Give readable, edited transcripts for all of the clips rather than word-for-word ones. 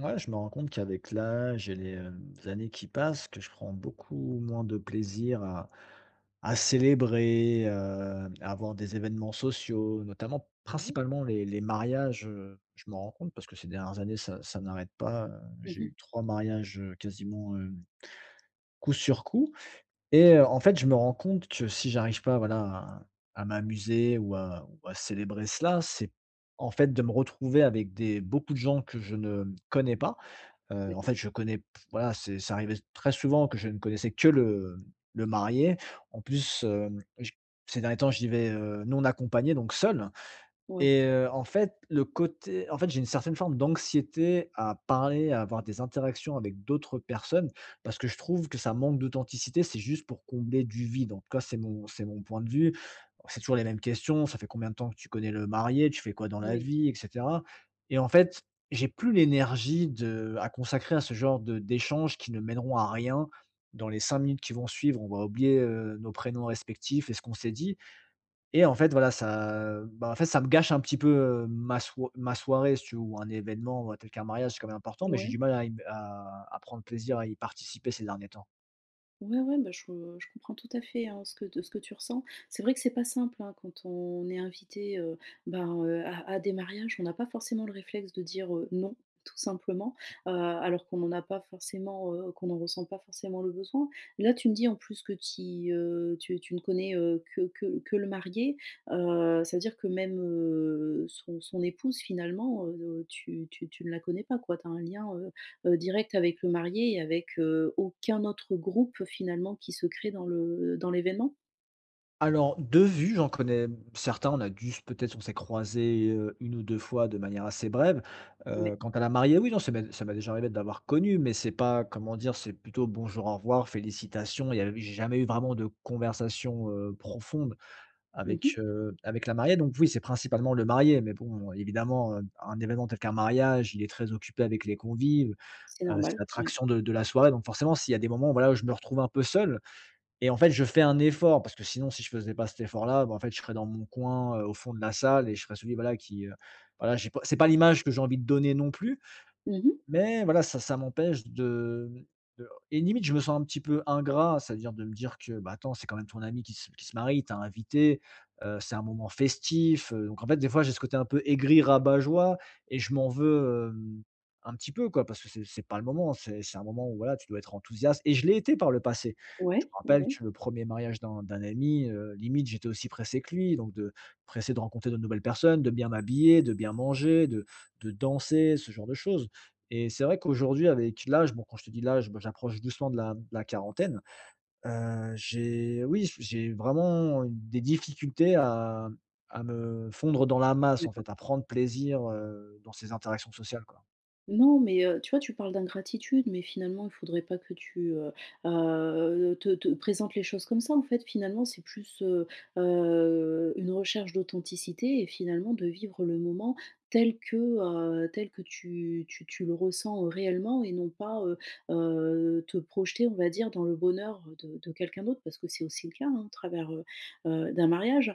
Ouais, je me rends compte qu'avec l'âge et les années qui passent, que je prends beaucoup moins de plaisir à célébrer, à avoir des événements sociaux, notamment Ouais. principalement les mariages. Je me rends compte parce que ces dernières années, ça n'arrête pas. J'ai Mmh. eu 3 mariages, quasiment, coup sur coup. Et en fait, je me rends compte que si j'arrive pas, voilà, à m'amuser ou à célébrer cela, c'est en fait de me retrouver avec des beaucoup de gens que je ne connais pas. D'accord. Je connais, voilà, c'est ça arrivait très souvent que je ne connaissais que le marié. En plus, hem, j ces derniers temps, j'y vais non accompagné, donc seul. Ouais, Et en fait, le côté en fait, j'ai une certaine forme d'anxiété à parler, à avoir des interactions avec d'autres personnes parce que je trouve que ça manque d'authenticité. C'est juste pour combler du vide. En tout cas, c'est mon point de vue. C'est toujours les mêmes questions. Ça fait combien de temps que tu connais le marié? Tu fais quoi dans la oui. vie? Et cetera. Et en fait, j'ai plus l'énergie de à consacrer à ce genre de d'échanges qui ne mèneront à rien. Dans les 5 minutes qui vont suivre, on va oublier nos prénoms respectifs et ce qu'on s'est dit. Et en fait, voilà, ça, bah, en fait, ça me gâche un petit peu, ma soirée, si tu veux, ou un événement tel qu'un mariage, c'est quand même important, mais j'ai Ouais. du mal à y à prendre plaisir à y participer ces derniers temps. Ouais, ouais, je comprends tout à fait, hein, ce que tu ressens. C'est vrai que c'est pas simple, hein, quand on est invité, à des mariages, on n'a pas forcément le réflexe de dire, non, tout simplement, alors qu'on n'en a pas forcément, qu'on n'en ressent pas forcément le besoin. Là, tu me dis en plus que tu ne connais, que le marié, ça veut dire que même, son épouse finalement, tu ne la connais pas quoi. Tu as un lien, direct avec le marié et avec, aucun autre groupe finalement qui se crée dans l'événement. Alors, de vue, j'en connais certains, on a dû s peut-être on s'est croisés une ou 2 fois de manière assez brève. Ouais. Quant à la mariée, oui, non, ça m'est déjà arrivé de l'avoir connue, mais c'est pas comment dire? C'est plutôt bonjour, au revoir, félicitations. Il n'y avait J'ai jamais eu vraiment de conversation profonde Mmh. avec avec la mariée. Donc oui, c'est principalement le marié, mais bon, évidemment un événement tel qu'un mariage, il est très occupé avec les convives. C'est C'est normal, ouais. l'attraction de la soirée. Donc forcément, s'il y a des moments, voilà, où je me retrouve un peu seul. Et en fait, je fais un effort parce que sinon, si je faisais pas cet effort-là, bah, en fait, je serais dans mon coin au fond de la salle et je serais celui, voilà, qui, voilà, j'ai pas c'est pas l'image que j'ai envie de donner non plus. Mmh. Mais voilà, ça m'empêche de et limite, je me sens un petit peu ingrat, c'est-à-dire de me dire que, bah, attends, c'est quand même ton ami qui se marie, tu as invité c'est un moment festif donc en fait, des fois, j'ai ce côté un peu aigri rabat-joie et je m'en veux un petit peu, quoi, parce que c'est pas le moment, c'est un moment où voilà, tu dois être enthousiaste et je l'ai été par le passé. Je me Ouais, ouais, rappelle ouais. que le premier mariage d'un ami, limite, j'étais aussi pressé que lui, donc de pressé de rencontrer de nouvelles personnes, de bien m'habiller, de bien manger, de danser, ce genre de choses. Et c'est vrai qu'aujourd'hui avec l'âge, bon quand je te dis l'âge, bah, j'approche doucement de la quarantaine. J'ai Oui, j'ai vraiment des difficultés à me fondre dans la masse en fait, à prendre plaisir dans ces interactions sociales quoi. Non, mais tu vois, tu parles d'ingratitude, mais finalement, il faudrait pas que tu te présentes les choses comme ça. En fait, finalement, c'est plus, une recherche d'authenticité et finalement de vivre le moment tel que, tel que tu le ressens, réellement et non pas, te projeter, on va dire, dans le bonheur de quelqu'un d'autre parce que c'est aussi le cas, hein, au travers, d'un mariage.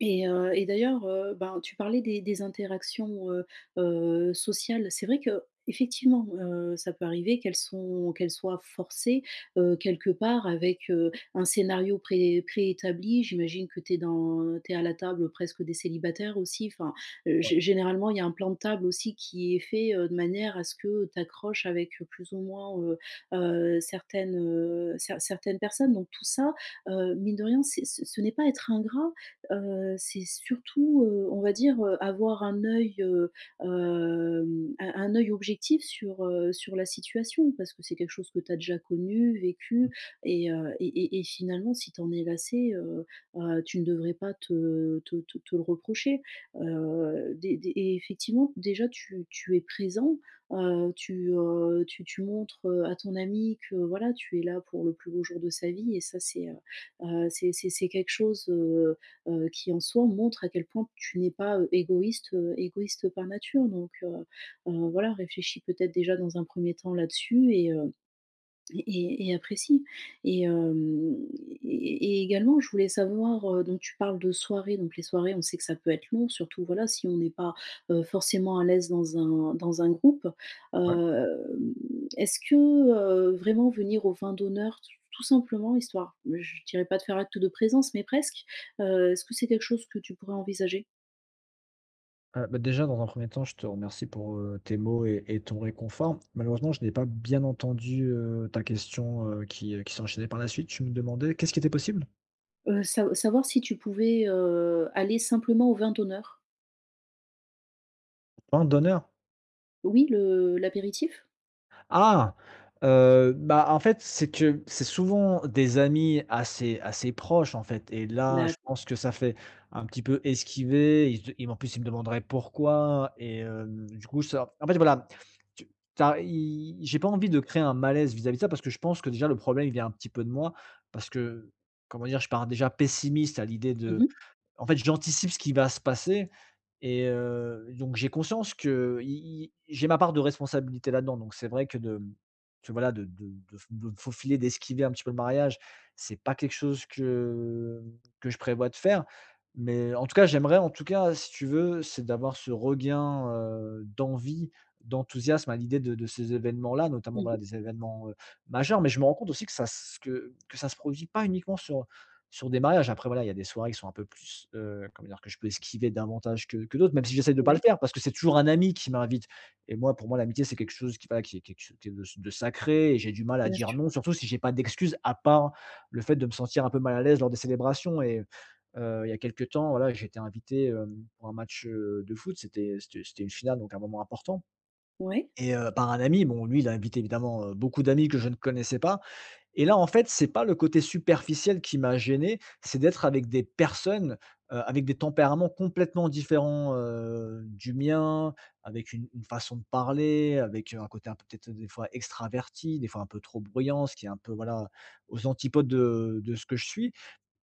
Et d'ailleurs, ben, tu parlais des interactions, sociales. C'est vrai qu'effectivement, ça peut arriver qu'elles soient forcées, quelque part avec, un scénario préétabli. J'imagine que tu es dans t'es à la table presque des célibataires aussi. Enfin, Ouais, gé généralement, il y a un plan de table aussi qui est fait, de manière à ce que tu accroches avec plus ou moins, certaines, certaines personnes. Donc tout ça, mine de rien, c'est ce ce n'est pas être ingrat. C'est surtout, on va dire, avoir un œil, hem, un œil objectif sur, sur la situation parce que c'est quelque chose que tu as déjà connu, vécu et et finalement si tu en es lassé, tu ne devrais pas te le reprocher. Dé dé Et effectivement déjà tu es présent, tu montres, à ton ami que voilà, tu es là pour le plus beau jour de sa vie et ça c'est, c'est quelque chose, qui en soi montre à quel point tu n'es pas, égoïste par nature voilà réfléchis peut-être déjà dans un premier temps là-dessus et et apprécie et hem et également, je voulais savoir, donc tu parles de soirées, donc les soirées, on sait que ça peut être long, surtout, voilà, si on n'est pas, forcément à l'aise dans un groupe. ouais. Hem, Est-ce que, vraiment venir au vin d'honneur, t tout simplement, histoire, je dirais pas de faire acte de présence, mais presque, est-ce que c'est quelque chose que tu pourrais envisager? Déjà dans un premier temps, je te remercie pour tes mots et ton réconfort. Malheureusement, je n'ai pas bien entendu ta question, qui s'enchaînait par la suite. Tu me demandais qu'est-ce qui était possible? Sa Savoir si tu pouvais, aller simplement au vin d'honneur. Vente donneur. Oui, le l'apéritif? Ah! En fait, c'est que c'est souvent des amis assez proches, en fait et là, je D'accord. pense que ça fait un petit peu esquiver. Ils en plus, ils me demanderaient pourquoi et du coup, ça en fait, voilà, tu tu as j'ai pas envie de créer un malaise vis-à-vis de ça parce que je pense que déjà le problème, il vient un petit peu de moi parce que, comment dire? Je pars déjà pessimiste à l'idée de Mmh mh. en fait, j'anticipe ce qui va se passer. Et donc j'ai conscience que i i j'ai ma part de responsabilité là-dedans, donc c'est vrai que de que voilà, de me faufiler, d'esquiver un petit peu le mariage, c'est pas quelque chose que je prévois de faire. Mais en tout cas, j'aimerais si tu veux, c'est d'avoir ce regain d'envie, d'enthousiasme à l'idée de ces événements-là, notamment voilà, Mmh. des événements majeurs. Mais je me rends compte aussi que ça se que ça se produit pas uniquement sur des mariages. Après, voilà, il y a des soirées qui sont un peu plus comment dire? Que je peux esquiver davantage que d'autres, même si j'essaie de ne pas le Ouais. faire parce que c'est toujours un ami qui m'invite. Et moi, pour moi, l'amitié, c'est quelque chose qui, voilà, qui est quelque chose qui est de sacré et j'ai du mal à Bien dire sûr. non, surtout si j'ai pas d'excuse à part le fait de me sentir un peu mal à l'aise lors des célébrations. Et il y a quelques temps, voilà, j'ai été invité pour un match de foot. C'était une finale, donc un moment important. Ouais. Et par un ami. Bon, lui, il a invité évidemment beaucoup d'amis que je ne connaissais pas. Et là, en fait, c'est pas le côté superficiel qui m'a gêné, c'est d'être avec des personnes, avec des tempéraments complètement différents du mien, avec une façon de parler, avec, un côté un peu peut-être des fois extraverti, des fois un peu trop bruyant, ce qui est un peu, voilà, aux antipodes de ce que je suis.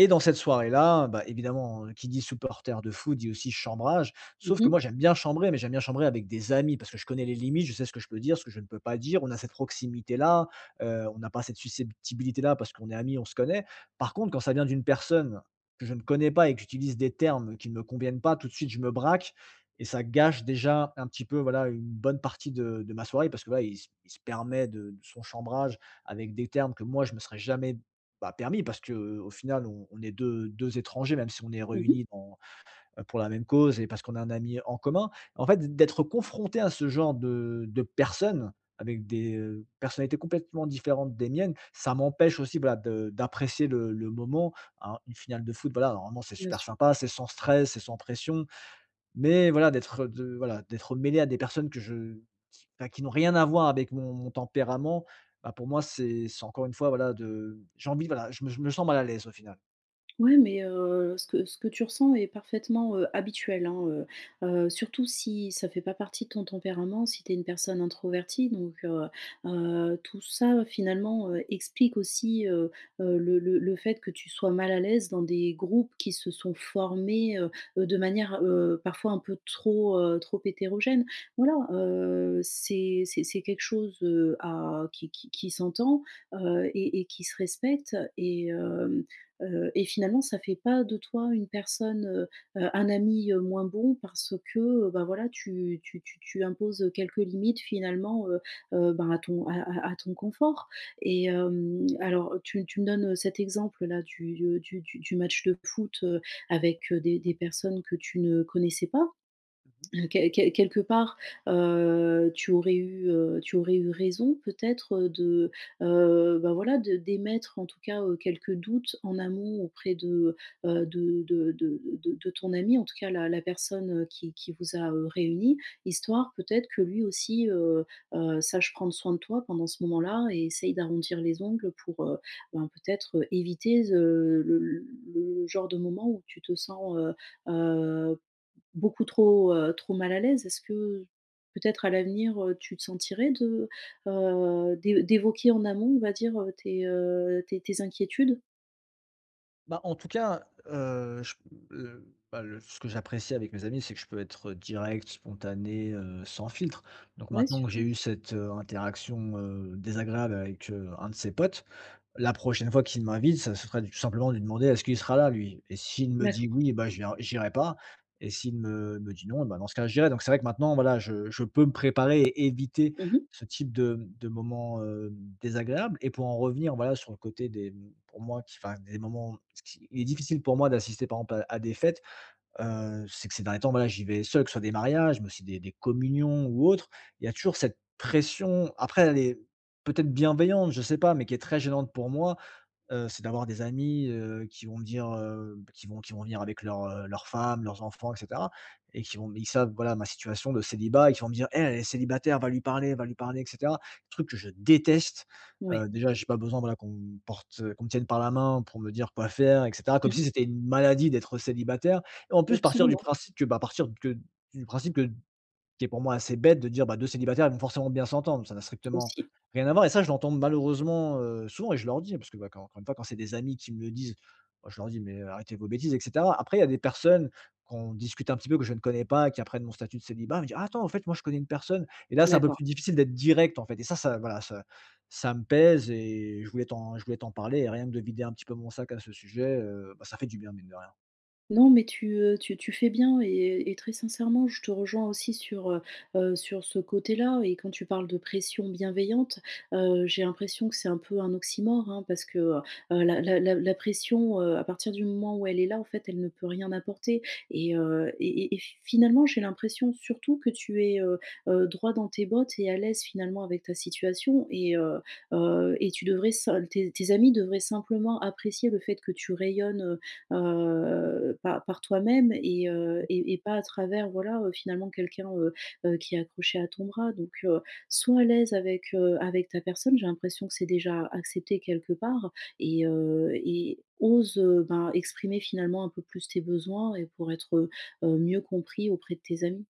Et dans cette soirée-là, bah, évidemment qui dit supporter de foot dit aussi chambrage. Mmh Sauf que moi, mh. j'aime bien chambrer, mais j'aime bien chambrer avec des amis parce que je connais les limites, je sais ce que je peux dire, ce que je ne peux pas dire. On a cette proximité-là, on n'a pas cette susceptibilité-là parce qu'on est amis, on se connaît. Par contre, quand ça vient d'une personne que je ne connais pas et que j'utilise des termes qui ne me conviennent pas, tout de suite, je me braque. Et ça gâche déjà un petit peu, voilà, une bonne partie de ma soirée parce que là, il se permet de son chambrage avec des termes que moi, je me serais jamais bah, permis parce que au final, on est deux étrangers, même si on est Mmh mh. réunis dans pour la même cause et parce qu'on a un ami en commun. En fait, d'être confronté à ce genre de personnes avec des personnalités complètement différentes des miennes, ça m'empêche aussi, voilà, de d'apprécier le moment, hein. Une finale de foot, voilà, normalement, c'est Bien super sûr. sympa, c'est sans stress, c'est sans pression, mais voilà, d'être, de voilà, d'être mêlé à des personnes que je Enfin, qui n'ont rien à voir avec mon tempérament, bah, pour moi, c'est encore une fois, voilà, de j'ai envie, voilà, je me sens mal à l'aise au final. Ouais, mais ce que tu ressens est parfaitement, habituel, hein, surtout si ça fait pas partie de ton tempérament, si tu es une personne introvertie tout ça finalement, explique aussi, le fait que tu sois mal à l'aise dans des groupes qui se sont formés, de manière, parfois un peu trop, trop hétérogène. Voilà, c'est quelque chose, à qui s'entend, et qui se respecte et finalement, ça fait pas de toi une personne, un ami, moins bon parce que, bah, voilà, tu imposes, quelques limites finalement, ben, à ton confort alors tu me donnes, cet exemple là du match de foot, avec, des personnes que tu ne connaissais pas. Quelque part, tu aurais eu raison peut-être, bah, voilà, de d'émettre en tout cas, quelques doutes en amont auprès de, de ton ami, en tout cas la personne, qui vous a, réunis, histoire peut-être que lui aussi, sache prendre soin de toi pendant ce moment-là et essaye d'arrondir les ongles pour, ben, peut-être, éviter ze le genre de moment où tu te sens, heu, beaucoup trop, trop mal à l'aise. Est-ce que peut-être à l'avenir, tu te sentirais de, d'évoquer en amont, on va dire, tes inquiétudes? Bah, en tout cas, je bah, le ce que j'apprécie avec mes amis, c'est que je peux être direct, spontané, sans filtre. Donc Ouais, maintenant que j'ai super. eu cette interaction désagréable avec un de ses potes, la prochaine fois qu'il m'invite, ça serait tout simplement de lui demander: «Est-ce qu'il sera là lui?» et s'il me dit: D'accord. «Oui», bah, je vien j'irai pas, et s'il me dit: «Non», bah, dans ce cas, j'irai. Donc c'est vrai que maintenant, voilà, je peux me préparer et éviter Mmh mh. ce type de moments désagréables. Et pour en revenir, voilà, sur le côté des mmh, pour moi qui enfin des moments ce qui il est difficile pour moi d'assister par exemple à des fêtes, c'est que ces derniers temps, voilà, j'y vais seul, que ce soit des mariages, mais aussi des communions ou autres. Il y a toujours cette pression, après elle est peut-être bienveillante, je sais pas, mais qui est très gênante pour moi. C'est d'avoir des amis, qui vont me dire, qui vont venir avec leurs leurs femmes, leurs enfants et cetera, et qui vont ils savent, voilà, ma situation de célibat et qui vont me dire: «Hey, elle est célibataire, va lui parler» et cetera. Truc que je déteste. Ouais. Déjà, j'ai pas besoin, voilà, qu'on me porte, qu'on me tienne par la main pour me dire quoi faire et cetera, comme si Mmh. c'était une maladie d'être célibataire. Et en plus, partir du Absolument, principe que, bah, partir que du principe que qui est pour moi assez bête de dire, bah, 2 célibataires, ils vont forcément bien s'entendre. Ça n'a strictement aussi. rien à voir et ça, je l'entends malheureusement souvent et je leur dis, parce que, bah, quand encore une fois, quand c'est des amis qui me le disent, moi, je leur dis: «Mais, arrêtez vos bêtises» et cetera. Après, il y a des personnes qu'on discute un petit peu, que je ne connais pas, qui apprennent mon statut de célibat, me disent: «Ah attends, en fait, moi, je connais une personne» et là, c'est un peu D'accord. plus difficile d'être direct, en fait. Et ça ça me pèse et je voulais t'en parler et rien que de vider un petit peu mon sac à ce sujet, bah, ça fait du bien, mine de rien. Non, mais tu fais bien et très sincèrement, je te rejoins aussi sur, sur ce côté-là et quand tu parles de pression bienveillante, j'ai l'impression que c'est un peu un oxymore, hein, parce que, la pression, à partir du moment où elle est là, en fait, elle ne peut rien apporter et et finalement, j'ai l'impression surtout que tu es, droit dans tes bottes et à l'aise finalement avec ta situation et tu devrais sim tes tes amis devraient simplement apprécier le fait que tu rayonnes, par toi-même et pas à travers, voilà, finalement quelqu'un, qui est accroché à ton bras sois à l'aise avec, avec ta personne. J'ai l'impression que c'est déjà accepté quelque part et ose, ben, exprimer finalement un peu plus tes besoins et pour être, mieux compris auprès de tes amis.